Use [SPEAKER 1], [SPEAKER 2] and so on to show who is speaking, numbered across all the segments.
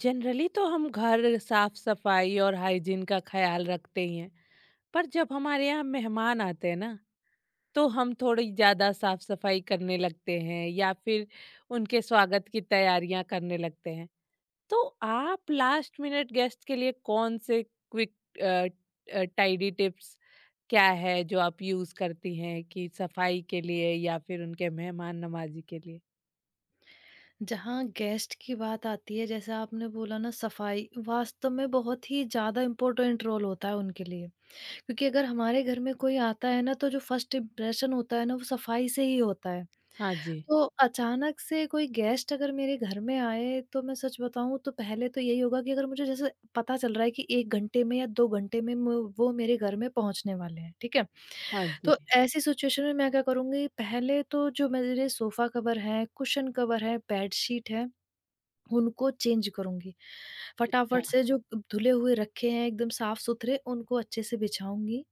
[SPEAKER 1] Generally तो हम घर साफ सफाई और हाइजीन का ख्याल रखते ही हैं। पर जब हमारे यहाँ मेहमान आते हैं ना, तो हम थोड़ी ज़्यादा साफ सफाई करने लगते हैं या फिर उनके स्वागत की तैयारियां करने लगते हैं। तो आप लास्ट मिनट गेस्ट के लिए कौन से क्विक टाइडी टिप्स क्या है जो आप यूज़ करती हैं कि सफाई के लिए या फिर उनके मेहमान नवाजी के लिए?
[SPEAKER 2] जहाँ गेस्ट की बात आती है जैसे आपने बोला ना सफाई वास्तव में बहुत ही ज़्यादा इम्पोर्टेंट रोल होता है उनके लिए क्योंकि अगर हमारे घर में कोई आता है ना तो जो फर्स्ट इम्प्रेशन होता है ना वो सफाई से ही होता है।
[SPEAKER 1] हाँ जी।
[SPEAKER 2] तो अचानक से कोई गेस्ट अगर मेरे घर में आए तो मैं सच बताऊं तो पहले तो यही होगा कि अगर मुझे जैसे पता चल रहा है कि 1 घंटे में या 2 घंटे में वो मेरे घर में पहुंचने वाले हैं, ठीक है।
[SPEAKER 1] हाँ जी।
[SPEAKER 2] तो ऐसी सिचुएशन में मैं क्या करूंगी, पहले तो जो मेरे सोफा कवर है, कुशन कवर है, बेडशीट है, उनको चेंज करूँगी।
[SPEAKER 1] अच्छा।
[SPEAKER 2] फटाफट से जो धुले हुए रखे हैं एकदम साफ-सुथरे उनको अच्छे से बिछाऊँगी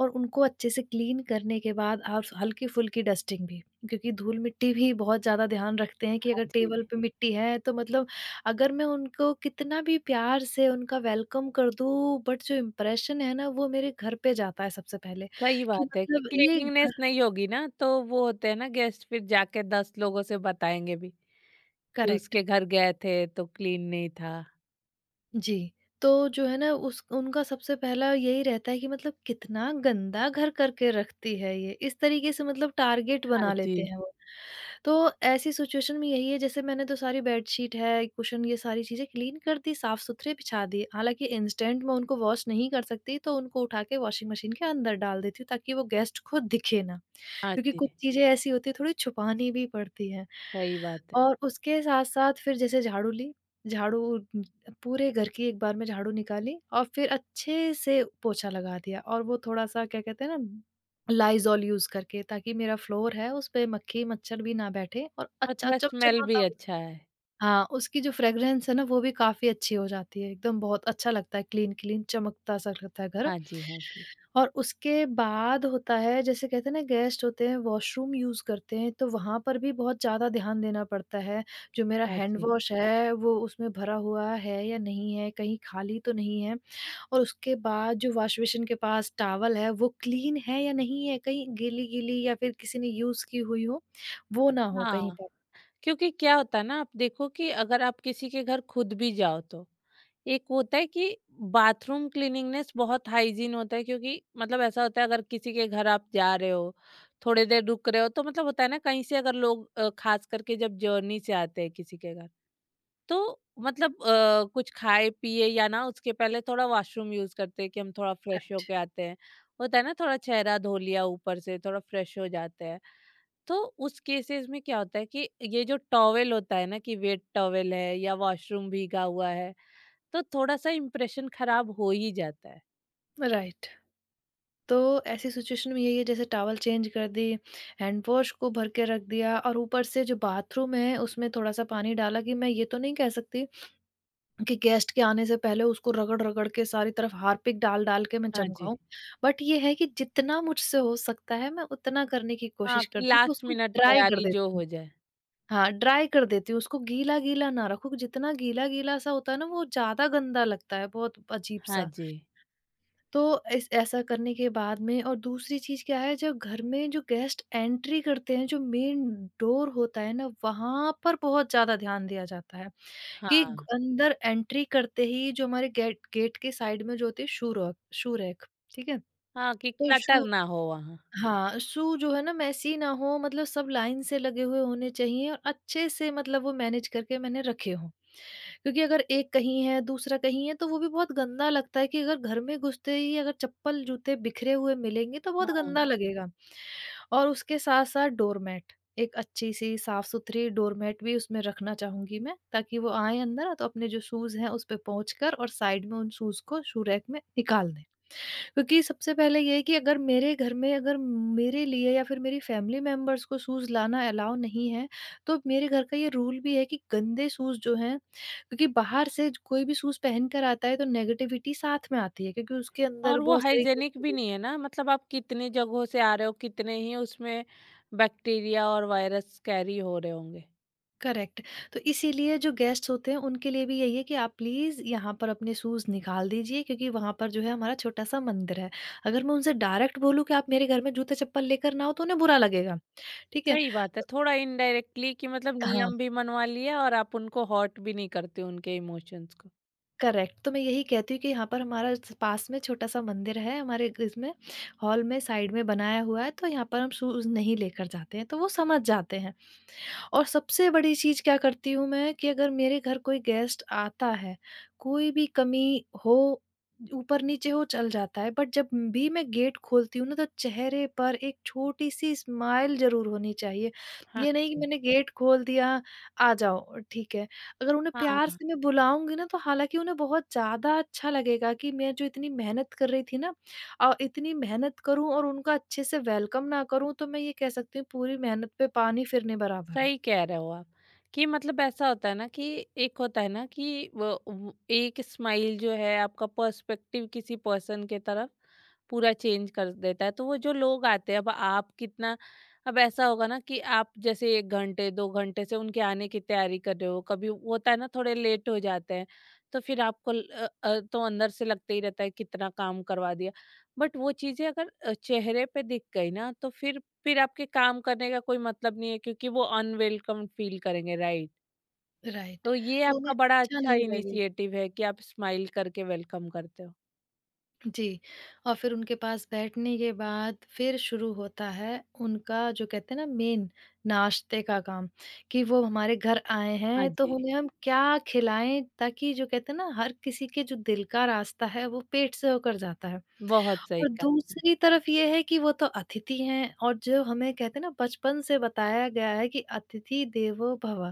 [SPEAKER 2] और उनको अच्छे से क्लीन करने के बाद और हल्की-फुल्की डस्टिंग भी। क्योंकि धूल-मिट्टी भी बहुत ज़्यादा ध्यान रखते हैं कि
[SPEAKER 1] हाँ
[SPEAKER 2] अगर
[SPEAKER 1] जी।
[SPEAKER 2] टेबल पे मिट्टी है तो मतलब अगर मैं उनको कितना भी प्यार से उनका वेलकम कर दूँ बट जो इम्प्रेशन है ना वो मेरे घर पे जाता है सबसे पहले
[SPEAKER 1] सही
[SPEAKER 2] कि
[SPEAKER 1] बात है कि
[SPEAKER 2] मतलब ये
[SPEAKER 1] क्लीनिंगनेस
[SPEAKER 2] घर
[SPEAKER 1] नहीं होगी ना तो वो होते हैं ना गेस्ट फिर जाके 10 लोगों से बताएंगे भी कि
[SPEAKER 2] करेक्ट।
[SPEAKER 1] उसके घर गए थे तो क्लीन नहीं था।
[SPEAKER 2] जी। तो जो है ना उस उनका सबसे पहला यही रहता है कि मतलब कितना गंदा घर करके रखती है ये, इस तरीके से मतलब टारगेट
[SPEAKER 1] हाँ
[SPEAKER 2] बना
[SPEAKER 1] जी।
[SPEAKER 2] लेते हैं वो। तो ऐसी सिचुएशन में यही है, जैसे मैंने तो सारी बेडशीट है, कुशन ये सारी चीज़ें क्लीन कर दी, साफ-सुथरे बिछा दिए। हालाँकि इंस्टेंट मैं उनको वॉश नहीं कर सकती तो उनको उठा के वॉशिंग मशीन के अंदर डाल देती हूँ ताकि वो गेस्ट को दिखे ना।
[SPEAKER 1] हाँ
[SPEAKER 2] क्योंकि
[SPEAKER 1] जी।
[SPEAKER 2] कुछ चीज़ें ऐसी होती हैं थोड़ी छुपानी भी पड़ती हैं।
[SPEAKER 1] सही बात है।
[SPEAKER 2] और उसके साथ-साथ फिर जैसे झाड़ू ली, झाड़ू पूरे घर की एक बार में झाड़ू निकाली और फिर अच्छे से पोछा लगा दिया और वो थोड़ा-सा क्या कहते हैं ना, लाइज़ॉल यूज़ करके ताकि मेरा फ्लोर है उसपे मक्खी मच्छर भी ना बैठे और
[SPEAKER 1] और
[SPEAKER 2] अच्छा
[SPEAKER 1] थोड़ा स्मेल भी
[SPEAKER 2] चमचमाता हो।
[SPEAKER 1] अच्छा है।
[SPEAKER 2] हाँ, उसकी जो फ्रेग्रेंस है ना वो भी काफ़ी अच्छी हो जाती है, एकदम बहुत अच्छा लगता है, क्लीन-क्लीन चमकता-सा लगता है घर।
[SPEAKER 1] हाँ जी हाँ जी।
[SPEAKER 2] और उसके बाद होता है, जैसे कहते हैं ना गेस्ट होते हैं वॉशरूम यूज़ करते हैं तो वहाँ पर भी बहुत ज़्यादा ध्यान देना पड़ता है। जो मेरा
[SPEAKER 1] हाँ
[SPEAKER 2] हैंड
[SPEAKER 1] जी।
[SPEAKER 2] वॉश है वो उसमें भरा हुआ है या नहीं है, कहीं खाली तो नहीं है। और उसके बाद जो वॉश बेसिन के पास टॉवल है वो क्लीन है या नहीं है, कहीं गीली-गीली या फिर किसी ने यूज़ की हुई हो, वो ना हो कहीं
[SPEAKER 1] हाँ।
[SPEAKER 2] पर।
[SPEAKER 1] क्योंकि क्या होता है ना, आप देखो कि अगर आप किसी के घर खुद भी जाओ तो एक होता है कि बाथरूम क्लीनिंगनेस बहुत हाइजीन होता है, क्योंकि मतलब ऐसा होता है अगर किसी के घर आप जा रहे हो, थोड़ी देर रुक रहे हो तो मतलब होता है ना, कहीं से अगर लोग खास करके जब जर्नी से आते हैं किसी के घर, तो मतलब कुछ खाए पिए या ना उसके पहले थोड़ा वॉशरूम यूज करते हैं कि हम थोड़ा फ्रेश
[SPEAKER 2] राइट,
[SPEAKER 1] होके आते हैं। होता है ना थोड़ा चेहरा धो लिया ऊपर से थोड़ा फ्रेश हो जाते हैं। तो उस केसेस में क्या होता है कि ये जो टॉवेल होता है ना कि वेट टॉवेल है या वॉशरूम भीगा हुआ है तो थोड़ा सा इम्प्रेशन खराब हो ही जाता है।
[SPEAKER 2] राइट। तो ऐसी सिचुएशन में यही है, जैसे टॉवल चेंज कर दी, हैंड वॉश को भर के रख दिया और ऊपर से जो बाथरूम है उसमें थोड़ा-सा पानी डाला कि मैं ये तो नहीं कह सकती कि गेस्ट के आने से पहले उसको रगड़-रगड़ के सारी तरफ हार्पिक डाल-डाल के मैं
[SPEAKER 1] हाँ जी।
[SPEAKER 2] चमकाऊँ। बट ये है कि जितना मुझसे हो सकता है मैं उतना करने की
[SPEAKER 1] हाँ,
[SPEAKER 2] कोशिश
[SPEAKER 1] कि
[SPEAKER 2] करती हूँ कि
[SPEAKER 1] लास्ट
[SPEAKER 2] उसको
[SPEAKER 1] मिनट
[SPEAKER 2] ड्राई कर
[SPEAKER 1] तैयारी जो
[SPEAKER 2] देती हूँ।
[SPEAKER 1] हो जाए।
[SPEAKER 2] हाँ, ड्राई कर देती हूँ, उसको गीला-गीला ना रखो, जितना गीला-गीला सा होता है ना वो ज़्यादा गंदा लगता है, बहुत
[SPEAKER 1] हाँ
[SPEAKER 2] अजीब-सा।
[SPEAKER 1] जी।
[SPEAKER 2] तो इस ऐसा करने के बाद में और दूसरी चीज़ क्या है, जब घर में जो गेस्ट एंट्री करते हैं, जो मेन डोर होता है ना वहाँ पर बहुत ज़्यादा ध्यान दिया जाता है, कि ग
[SPEAKER 1] हाँ।
[SPEAKER 2] अंदर एंट्री करते ही जो हमारे गेट गेट के साइड में जो होती है शू रैक, ठीक है?
[SPEAKER 1] हाँ, कि
[SPEAKER 2] तो
[SPEAKER 1] क्लटर
[SPEAKER 2] शू
[SPEAKER 1] ना हो वहाँ।
[SPEAKER 2] हाँ, शू जो है ना मेसी ना हो, मतलब सब लाइन से लगे हुए होने चाहिए और अच्छे से मतलब वो मैनेज करके मैंने रखे हों। क्योंकि अगर एक कहीं है, दूसरा कहीं है तो वो भी बहुत गंदा लगता है कि अगर घर में घुसते ही अगर चप्पल, जूते बिखरे हुए मिलेंगे तो बहुत गंदा
[SPEAKER 1] हाँ।
[SPEAKER 2] हाँ। लगेगा। और उसके साथ-साथ डोरमैट, एक अच्छी-सी साफ-सुथरी डोरमैट भी उसमें रखना चाहूँगी मैं ताकि वो आएँ अंदर तो अपने जो शूज़ हैं उस पे पहुँच कर और साइड में उन शूज़ को शू रैक में निकाल दें। क्योंकि सबसे पहले ये है कि अगर मेरे घर में अगर मेरे लिए या फिर मेरी फैमिली मेंबर्स को शूज़ लाना अलाउ नहीं है, तो मेरे घर का ये रूल भी है कि गंदे शूज़ जो हैं क्योंकि बाहर से ज कोई भी शूज़ पहन कर आता है तो नेगेटिविटी साथ में आती है क्योंकि उसके अंदर
[SPEAKER 1] और वो
[SPEAKER 2] बहुत सारी
[SPEAKER 1] हाइजीनिक भी
[SPEAKER 2] गंदगी
[SPEAKER 1] नहीं है ना, मतलब आप कितनी जगहों से आ रहे हो, कितने ही उसमें बैक्टीरिया और वायरस कैरी हो रहे होंगे।
[SPEAKER 2] करेक्ट। तो इसीलिए जो गेस्ट्स होते हैं उनके लिए भी यही है कि आप प्लीज़ यहाँ पर अपने शूज़ निकाल दीजिए, क्योंकि वहाँ पर जो है हमारा छोटा-सा मंदिर है। अगर मैं उनसे डायरेक्ट बोलूँ कि आप मेरे घर में जूते-चप्पल लेकर ना आओ तो उन्हें बुरा लगेगा, ठीक है?
[SPEAKER 1] सही बात है, थोड़ा इनडायरेक्टली कि मतलब
[SPEAKER 2] हाँ।
[SPEAKER 1] नियम भी मनवा लिया और आप उनको हर्ट भी नहीं करते उनके इमोशंस को।
[SPEAKER 2] करेक्ट, तो मैं यही कहती हूँ कि यहाँ पर हमारा स पास में छोटा-सा मंदिर है, हमारे ग इसमें हॉल में साइड में बनाया हुआ है, तो यहाँ पर हम शूज़ नहीं लेकर जाते हैं, तो वो समझ जाते हैं। और सबसे बड़ी चीज़ क्या करती हूँ मैं, कि अगर मेरे घर कोई गेस्ट आता है, कोई भी कमी हो, ऊपर-नीचे हो, चल जाता है, बट जब भी मैं गेट खोलती हूँ ना तो चेहरे पर एक छोटी-सी स्माइल ज़रूर होनी चाहिए।
[SPEAKER 1] हाँ
[SPEAKER 2] ये नहीं कि
[SPEAKER 1] जी।
[SPEAKER 2] मैंने गेट खोल दिया, आ जाओ, ठीक है। अगर उन्हें प्यार
[SPEAKER 1] हाँ।
[SPEAKER 2] से मैं बुलाऊँगी ना तो हालाँकि उन्हें बहुत ज़्यादा अच्छा लगेगा कि मैं जो इतनी मेहनत कर रही थी ना, इतनी मेहनत करूँ और उनका अच्छे से वेलकम ना करूँ तो मैं ये कह सकती हूँ पूरी मेहनत पे पानी फिरने बराबर है।
[SPEAKER 1] सही कह रहे हो आप कि मतलब ऐसा होता है ना कि एक होता है ना कि वो एक स्माइल जो है आपका पर्सपेक्टिव किसी पर्सन के तरफ पूरा चेंज कर देता है। तो वो जो लोग आते हैं अब आप कितना, अब ऐसा होगा ना कि आप जैसे एक घंटे दो घंटे से उनके आने की तैयारी कर रहे हो, कभी होता है ना थोड़े लेट हो जाते हैं तो फिर आपको तो अंदर से लगते ही रहता है कितना काम करवा दिया। बट वो चीजें अगर चेहरे पे दिख गई ना तो फिर आपके काम करने का कोई मतलब नहीं है क्योंकि वो अनवेलकम फील करेंगे, राइट।
[SPEAKER 2] राइट,
[SPEAKER 1] तो ये
[SPEAKER 2] तो
[SPEAKER 1] आपका
[SPEAKER 2] उन्हें
[SPEAKER 1] बड़ा
[SPEAKER 2] अच्छा
[SPEAKER 1] अच्छा
[SPEAKER 2] नहीं लगी।
[SPEAKER 1] इनिशिएटिव है कि आप स्माइल करके वेलकम करते हो।
[SPEAKER 2] जी, और फिर उनके पास बैठने के बाद फिर शुरू होता है उनका जो कहते हैं ना मेन नाश्ते का काम, कि वो हमारे घर आए
[SPEAKER 1] हाँ
[SPEAKER 2] हैं तो
[SPEAKER 1] जी।
[SPEAKER 2] उन्हें हम क्या खिलाएँ ताकि जो कहते हैं ना हर किसी के जो दिल का रास्ता है वो पेट से होकर जाता है।
[SPEAKER 1] बहुत सही
[SPEAKER 2] और
[SPEAKER 1] कहा आपने।
[SPEAKER 2] दूसरी तरफ ये है कि वो तो अतिथि हैं और जो हमें कहते हैं ना बचपन से बताया गया है कि अतिथि देवो भव।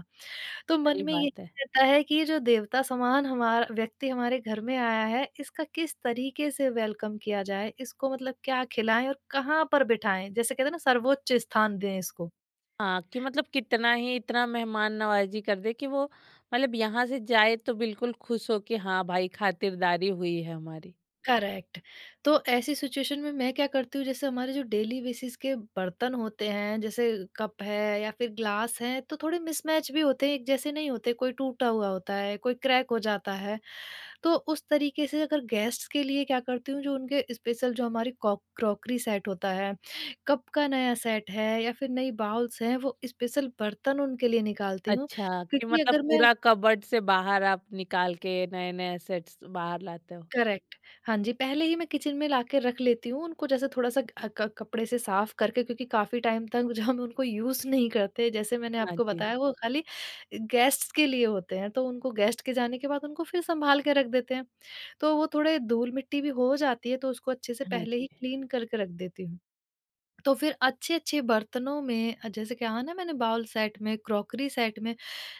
[SPEAKER 2] तो मन
[SPEAKER 1] सही
[SPEAKER 2] में ये
[SPEAKER 1] बात है।
[SPEAKER 2] रहता है कि ये जो देवता समान हमारा व्यक्ति हमारे घर में आया है, इसका किस तरीके से वेलकम किया जाए? इसको मतलब क्या खिलाएँ और कहाँ पर बिठाएँ? जैसे कहते हैं ना, सर्वोच्च स्थान दें इसको।
[SPEAKER 1] हाँ, कि मतलब कितना ही इतना मेहमान नवाजी कर दे कि वो मतलब यहाँ से जाए तो बिल्कुल खुश हो कि हाँ भाई खातिरदारी हुई है हमारी।
[SPEAKER 2] करेक्ट। तो ऐसी सिचुएशन में मैं क्या करती हूँ, जैसे हमारे जो डेली बेसिस के बर्तन होते हैं, जैसे कप है या फिर ग्लास है, तो थोड़े मिसमैच भी होते हैं, एक जैसे नहीं होते, कोई टूटा हुआ होता है, कोई क्रैक हो जाता है। तो उस तरीके से अगर गेस्ट्स के लिए क्या करती हूँ, जो उनके स्पेशल जो हमारी कॉक क्रॉकरी सेट होता है, कप का नया सेट है या फिर नई बाउल्स हैं, वो स्पेशल बर्तन उनके लिए निकालती हूँ।
[SPEAKER 1] अच्छा, कि
[SPEAKER 2] क्योंकि
[SPEAKER 1] मतलब
[SPEAKER 2] अगर मैं
[SPEAKER 1] पूरा कबर्ड से बाहर आप निकाल के नए नए सेट्स बाहर लाते हो।
[SPEAKER 2] करेक्ट हाँ जी, पहले ही मैं किचन में लाके रख लेती हूँ उनको, जैसे थोड़ा-सा अ, क कपड़े से साफ करके, क्योंकि काफ़ी टाइम तक जो हम उनको यूज़ नहीं करते, जैसे मैंने
[SPEAKER 1] हाँ
[SPEAKER 2] आपको
[SPEAKER 1] जी
[SPEAKER 2] बताया वो खाली गेस्ट्स के लिए होते हैं, तो उनको गेस्ट के जाने के बाद उनको फिर सँभाल के रख देते हैं। तो वो थोड़े धूल-मिट्टी भी हो जाती है, तो उसको अच्छे से
[SPEAKER 1] हाँ
[SPEAKER 2] पहले ही
[SPEAKER 1] जी।
[SPEAKER 2] क्लीन करके रख देती हूँ। तो फिर अच्छे-अच्छे बर्तनों में जैसे कहा ना मैंने, बाउल सेट में, क्रॉकरी सेट में,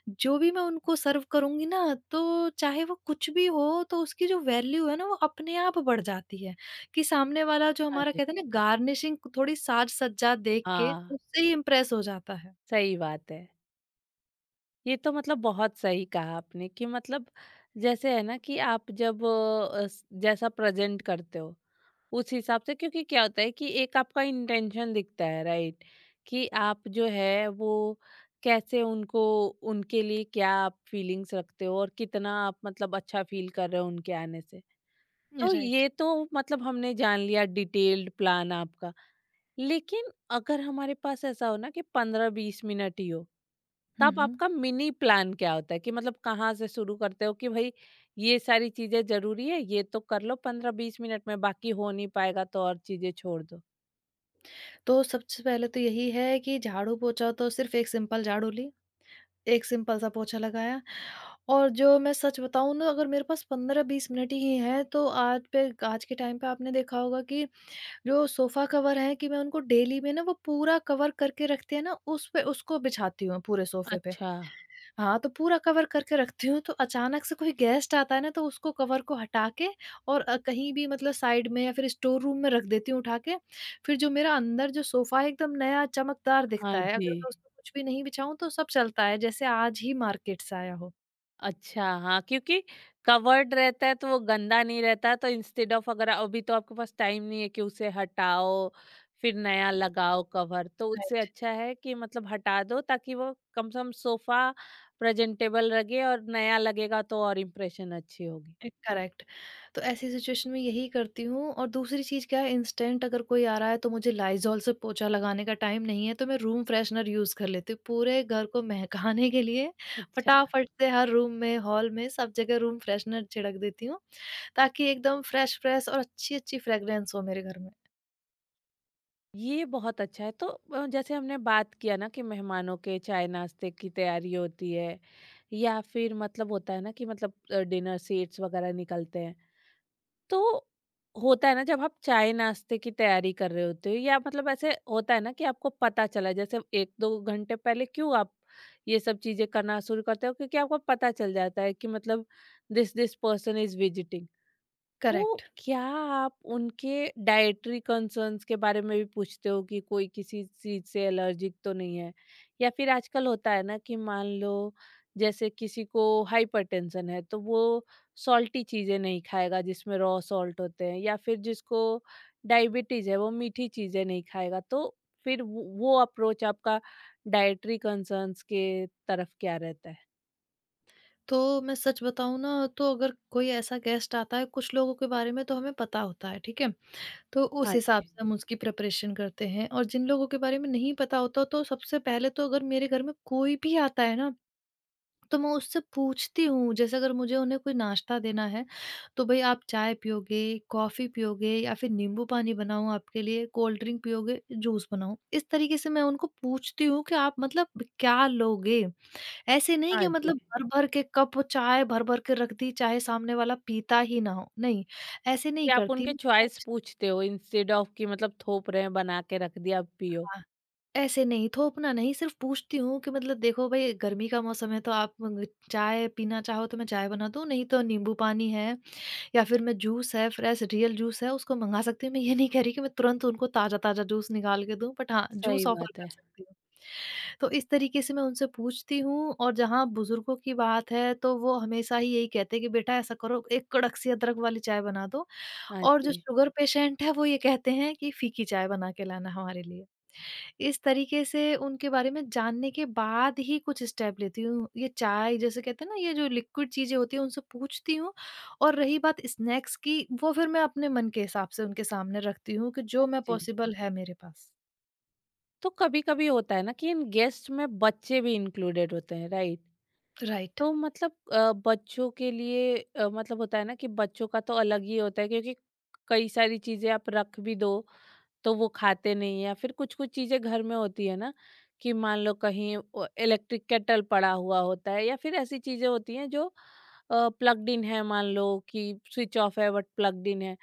[SPEAKER 2] जो भी मैं उनको सर्व करूँगी ना, तो चाहे वो कुछ भी हो, तो उसकी जो वैल्यू है ना, वो अपने आप बढ़ जाती है कि सामने वाला जो
[SPEAKER 1] हाँ
[SPEAKER 2] हमारा
[SPEAKER 1] जी।
[SPEAKER 2] कहते हैं ना गार्निशिंग थोड़ी साज-सज्जा देख के
[SPEAKER 1] हाँ।
[SPEAKER 2] उससे ही इम्प्रेस हो जाता है।
[SPEAKER 1] सही बात है। ये तो मतलब बहुत सही कहा आपने कि मतलब जैसे है ना कि आप जब जैसा प्रेजेंट करते हो उस हिसाब से, क्योंकि क्या होता है कि एक आपका इंटेंशन दिखता है, राइट। कि आप जो है वो कैसे उनको, उनके लिए क्या आप फीलिंग्स रखते हो और कितना आप मतलब अच्छा फील कर रहे हो उनके आने से। तो
[SPEAKER 2] राइट।
[SPEAKER 1] ये तो मतलब हमने जान लिया डिटेल्ड प्लान आपका। लेकिन अगर हमारे पास ऐसा हो ना कि 15-20 मिनट ही हो,
[SPEAKER 2] हुँ,
[SPEAKER 1] तब
[SPEAKER 2] हुँ।
[SPEAKER 1] आपका मिनी प्लान क्या होता है? कि मतलब कहाँ से शुरू करते हो कि भई ये सारी चीज़ें ज़रूरी है, ये तो कर लो 15-20 मिनट में, बाकी हो नहीं पाएगा तो और चीज़ें छोड़ दो?
[SPEAKER 2] तो सबसे पहले तो यही है कि झाड़ू-पोंछा तो, सिर्फ़ एक सिंपल झाड़ू ली, एक सिंपल सा पोंछा लगाया। और जो मैं सच बताऊँ ना, अगर मेरे पास 15-20 मिनट ही हैं तो आज पे आज के टाइम पे आपने देखा होगा कि जो सोफ़ा कवर हैं कि मैं उनको डेली में ना वो पूरा कवर करके रखते हैं ना, उस पे उसको बिछाती हूँ पूरे सोफ़े पे।
[SPEAKER 1] अच्छा।
[SPEAKER 2] हाँ, तो पूरा कवर करके रखती हूँ तो अचानक से कोई गेस्ट आता है ना तो उसको कवर को हटा के और कहीं भी मतलब साइड में या फिर स्टोर रूम में रख देती हूँ उठा के। फिर जो मेरा अंदर जो सोफ़ा है एकदम नया चमकदार
[SPEAKER 1] हाँ
[SPEAKER 2] दिखता है।
[SPEAKER 1] जी।
[SPEAKER 2] अगर मैं उसपे कुछ भी नहीं बिछाऊँ तो सब चलता है, जैसे आज ही मार्केट से आया हो।
[SPEAKER 1] अच्छा, हाँ, क्योंकि कवर्ड रहता है तो वो गंदा नहीं रहता, तो इंस्टेड ऑफ अगर अभी तो आपके पास टाइम नहीं है कि उसे हटाओ, फिर नया लगाओ कवर, तो उससे अच्छा है कि मतलब हटा दो ताकि वो कम से कम सोफ़ा प्रेज़ेंटेबल लगे और नया लगेगा तो और इम्प्रेशन अच्छी होगी।
[SPEAKER 2] करेक्ट। तो ऐसी सिचुएशन में यही करती हूँ और दूसरी चीज़ क्या है, इंस्टेंट अगर कोई आ रहा है तो मुझे लाइज़ॉल से पोंछा लगाने का टाइम नहीं है, तो मैं रूम फ्रेशनर यूज़ कर लेती हूँ, पूरे घर को महकाने के लिए।
[SPEAKER 1] अच्छा।
[SPEAKER 2] फटाफट से हर रूम में, हॉल में सब जगह रूम फ्रेशनर छिड़क देती हूँ ताकि एकदम फ्रेश-फ्रेश और अच्छी-अच्छी फ्रेग्रेंस हो मेरे घर में।
[SPEAKER 1] ये बहुत अच्छा है। तो जैसे हमने बात किया ना कि मेहमानों के चाय-नाश्ते की तैयारी होती है या फिर मतलब होता है ना कि मतलब डिनर सेट्स वग़ैरह निकलते हैं। तो होता है ना जब आप चाय नाश्ते की तैयारी कर रहे होते हो या मतलब ऐसे होता है ना कि आपको पता चला जैसे एक दो घंटे पहले क्यों आप ये सब चीजें करना शुरू करते हो क्योंकि आपको पता चल जाता है कि मतलब this this person is visiting. तो
[SPEAKER 2] करेक्ट।
[SPEAKER 1] क्या आप उनके डाइटरी कंसर्न्स के बारे में भी पूछते हो कि कोई किसी चीज से एलर्जिक तो नहीं है, या फिर आजकल होता है ना कि मान लो जैसे किसी को हाइपरटेंशन है तो वो सॉल्टी चीजें नहीं खाएगा जिसमें रॉ सॉल्ट होते हैं, या फिर जिसको डायबिटीज है वो मीठी चीजें नहीं खाएगा। तो फिर वो अप्रोच आपका डाइटरी कंसर्न्स के तरफ क्या रहता है?
[SPEAKER 2] तो मैं सच बताऊँ ना, तो अगर कोई ऐसा गेस्ट आता है, कुछ लोगों के बारे में तो हमें पता होता है, ठीक है? तो
[SPEAKER 1] हाँ
[SPEAKER 2] उस हिसाब
[SPEAKER 1] जी।
[SPEAKER 2] से हम उसकी प्रिपरेशन करते हैं और जिन लोगों के बारे में नहीं पता होता तो सबसे पहले तो अगर मेरे घर में कोई भी आता है ना तो मैं उससे पूछती हूँ। जैसे अगर मुझे उन्हें कोई नाश्ता देना है तो भाई आप चाय पियोगे, कॉफ़ी पियोगे या फिर नींबू पानी बनाऊँ आपके लिए, कोल्ड ड्रिंक पियोगे, जूस बनाऊँ? इस तरीके से मैं उनको पूछती हूँ कि आप मतलब क्या लोगे। ऐसे नहीं कि
[SPEAKER 1] हाँ जी।
[SPEAKER 2] मतलब भर भर के कप चाय भर भर के रख दी चाहे सामने वाला पीता ही ना हो, नहीं, ऐसे
[SPEAKER 1] कि
[SPEAKER 2] नहीं
[SPEAKER 1] आप
[SPEAKER 2] करती
[SPEAKER 1] उनके
[SPEAKER 2] मैं।
[SPEAKER 1] चॉइस
[SPEAKER 2] पूछ-
[SPEAKER 1] पूछते हो इंस्टेड ऑफ कि मतलब थोप रहे हैं बना के रख दिया अब पियो।
[SPEAKER 2] ऐसे नहीं, थोपना नहीं, सिर्फ़ पूछती हूँ कि मतलब देखो भई गर्मी का मौसम है तो आप ग चाय पीना चाहो तो मैं चाय बना दूँ, नहीं तो नींबू पानी है या फिर मैं जूस है, फ्रेश रियल जूस है उसको मँगा सकती हूँ। मैं ये नहीं कह रही कि मैं तुरंत उनको ताज़ा-ताज़ा जूस निकाल के दूँ, बट हाँ,
[SPEAKER 1] सही
[SPEAKER 2] जूस ऑफ़र
[SPEAKER 1] बात
[SPEAKER 2] कर
[SPEAKER 1] है।
[SPEAKER 2] सकती हूँ। तो इस तरीके से मैं उनसे पूछती हूँ। और जहाँ बुज़ुर्गों की बात है तो वो हमेशा ही यही कहते हैं कि बेटा ऐसा करो, एक कड़क सी अदरक वाली चाय बना दो।
[SPEAKER 1] हाँ
[SPEAKER 2] और जो
[SPEAKER 1] जी,
[SPEAKER 2] शुगर पेशेंट है वो ये कहते हैं कि फीकी चाय बना के लाना हमारे लिए। इस तरीके से उनके बारे में जानने के बाद ही कुछ स्टेप लेती हूँ। ये चाय जैसे कहते हैं ना, ये जो लिक्विड चीज़ें होती हैं उनसे पूछती हूँ। और रही बात स्नैक्स की, वो फ़िर मैं अपने मन के हिसाब से उनके सामने रखती हूँ कि जो
[SPEAKER 1] हाँ
[SPEAKER 2] मैं
[SPEAKER 1] जी।
[SPEAKER 2] पॉसिबल है मेरे पास।
[SPEAKER 1] तो कभी-कभी होता है ना कि इन गेस्ट में बच्चे भी इंक्लूडेड होते हैं, राइट?
[SPEAKER 2] राइट।
[SPEAKER 1] तो मतलब बच्चों के लिए मतलब होता है ना कि बच्चों का तो अलग ही होता है, क्योंकि कई सारी चीज़ें आप रख भी दो तो वो खाते नहीं है। या फिर कुछ-कुछ चीज़ें घर में होती है ना कि मान लो कहीं इलेक्ट्रिक केटल पड़ा हुआ होता है या फिर ऐसी चीज़ें होती हैं जो प्लग्ड इन है, मान लो कि स्विच ऑफ है बट प्लग्ड इन है।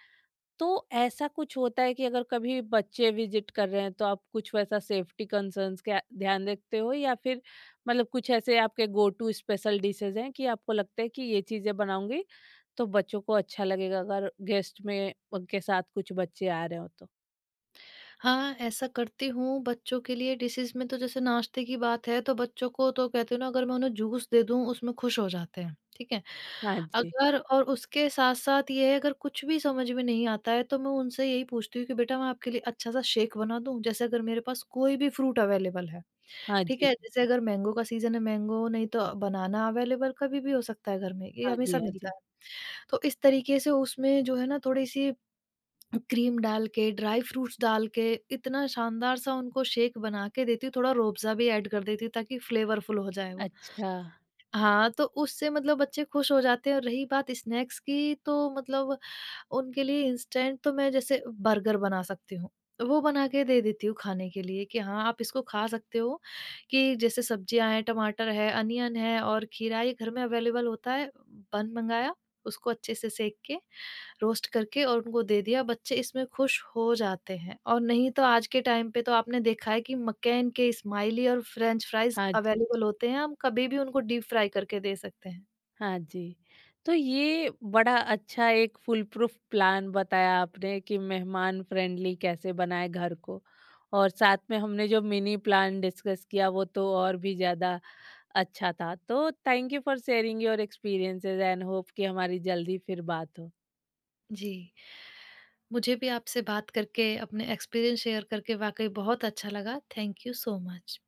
[SPEAKER 1] तो ऐसा कुछ होता है कि अगर कभी बच्चे विज़िट कर रहे हैं तो आप कुछ वैसा सेफ्टी कंसर्न्स का ध्यान रखते हो? या फिर मतलब कुछ ऐसे आपके गो टू स्पेशल डिशेज़ हैं कि आपको लगता है कि ये चीज़ें बनाऊँगी तो बच्चों को अच्छा लगेगा अगर गेस्ट में उनके साथ कुछ बच्चे आ रहे हो तो?
[SPEAKER 2] हाँ, ऐसा करती हूँ बच्चों के लिए डिशेज़ में तो। जैसे नाश्ते की बात है तो बच्चों को तो कहती हूँ ना, अगर मैं उन्हें जूस दे दूँ उसमें खुश हो जाते हैं, ठीक है।
[SPEAKER 1] हाँ जी।
[SPEAKER 2] अगर और उसके साथ-साथ ये है, अगर कुछ भी समझ में नहीं आता है तो मैं उनसे यही पूछती हूँ कि बेटा मैं आपके लिए अच्छा-सा शेक बना दूँ? जैसे अगर मेरे पास कोई भी फ्रूट अवेलेबल है,
[SPEAKER 1] हाँ
[SPEAKER 2] ठीक
[SPEAKER 1] जी,
[SPEAKER 2] है। जैसे अगर मैंगो का सीज़न है, मैंगो नहीं तो बनाना अवेलेबल कभी भी हो सकता है घर में, ये
[SPEAKER 1] हाँ जी,
[SPEAKER 2] हमेशा
[SPEAKER 1] हाँ जी।
[SPEAKER 2] मिलता है। तो इस तरीके से उसमें जो है ना थोड़ी-सी क्रीम डाल के, ड्राई फ्रूट्स डाल के, इतना शानदार सा उनको शेक बना के देती हूँ, थोड़ा रूअफ़ज़ा भी ऐड कर देती हूँ ताकि फ्लेवरफुल हो जाए वो।
[SPEAKER 1] अच्छा,
[SPEAKER 2] हाँ, तो उससे मतलब बच्चे खुश हो जाते हैं। और रही बात स्नैक्स की तो मतलब उनके लिए इंस्टेंट तो मैं जैसे बर्गर बना सकती हूँ। वो बना के दे देती हूँ खाने के लिए कि हाँ, आप इसको खा सकते हो। कि जैसे सब्जियाँ हैं, टमाटर है, अनियन है और खीरा ये घर में अवेलेबल होता है, बन मँगाया, उसको अच्छे से सेक के रोस्ट करके और उनको दे दिया, बच्चे इसमें खुश हो जाते हैं। और नहीं तो आज के टाइम पे तो आपने देखा है कि मक्कैन के स्माइली और फ्रेंच फ्राइज़
[SPEAKER 1] हाँ जी,
[SPEAKER 2] अवेलेबल होते हैं, हम कभी भी उनको डीप फ्राई करके दे सकते हैं।
[SPEAKER 1] हाँ जी। तो ये बड़ा अच्छा एक फुल प्रूफ प्लान बताया आपने कि मेहमान फ्रेंडली कैसे बनाएँ घर को। और साथ में हमने जो मिनी प्लान डिस्कस किया वो तो और भी ज़्यादा अच्छा था। तो thank you for sharing your experiences and hope कि हमारी जल्दी फिर बात हो।
[SPEAKER 2] जी। मुझे भी आपसे बात करके, अपने एक्सपीरियंस शेयर करके वाक़ई बहुत अच्छा लगा। Thank you so much.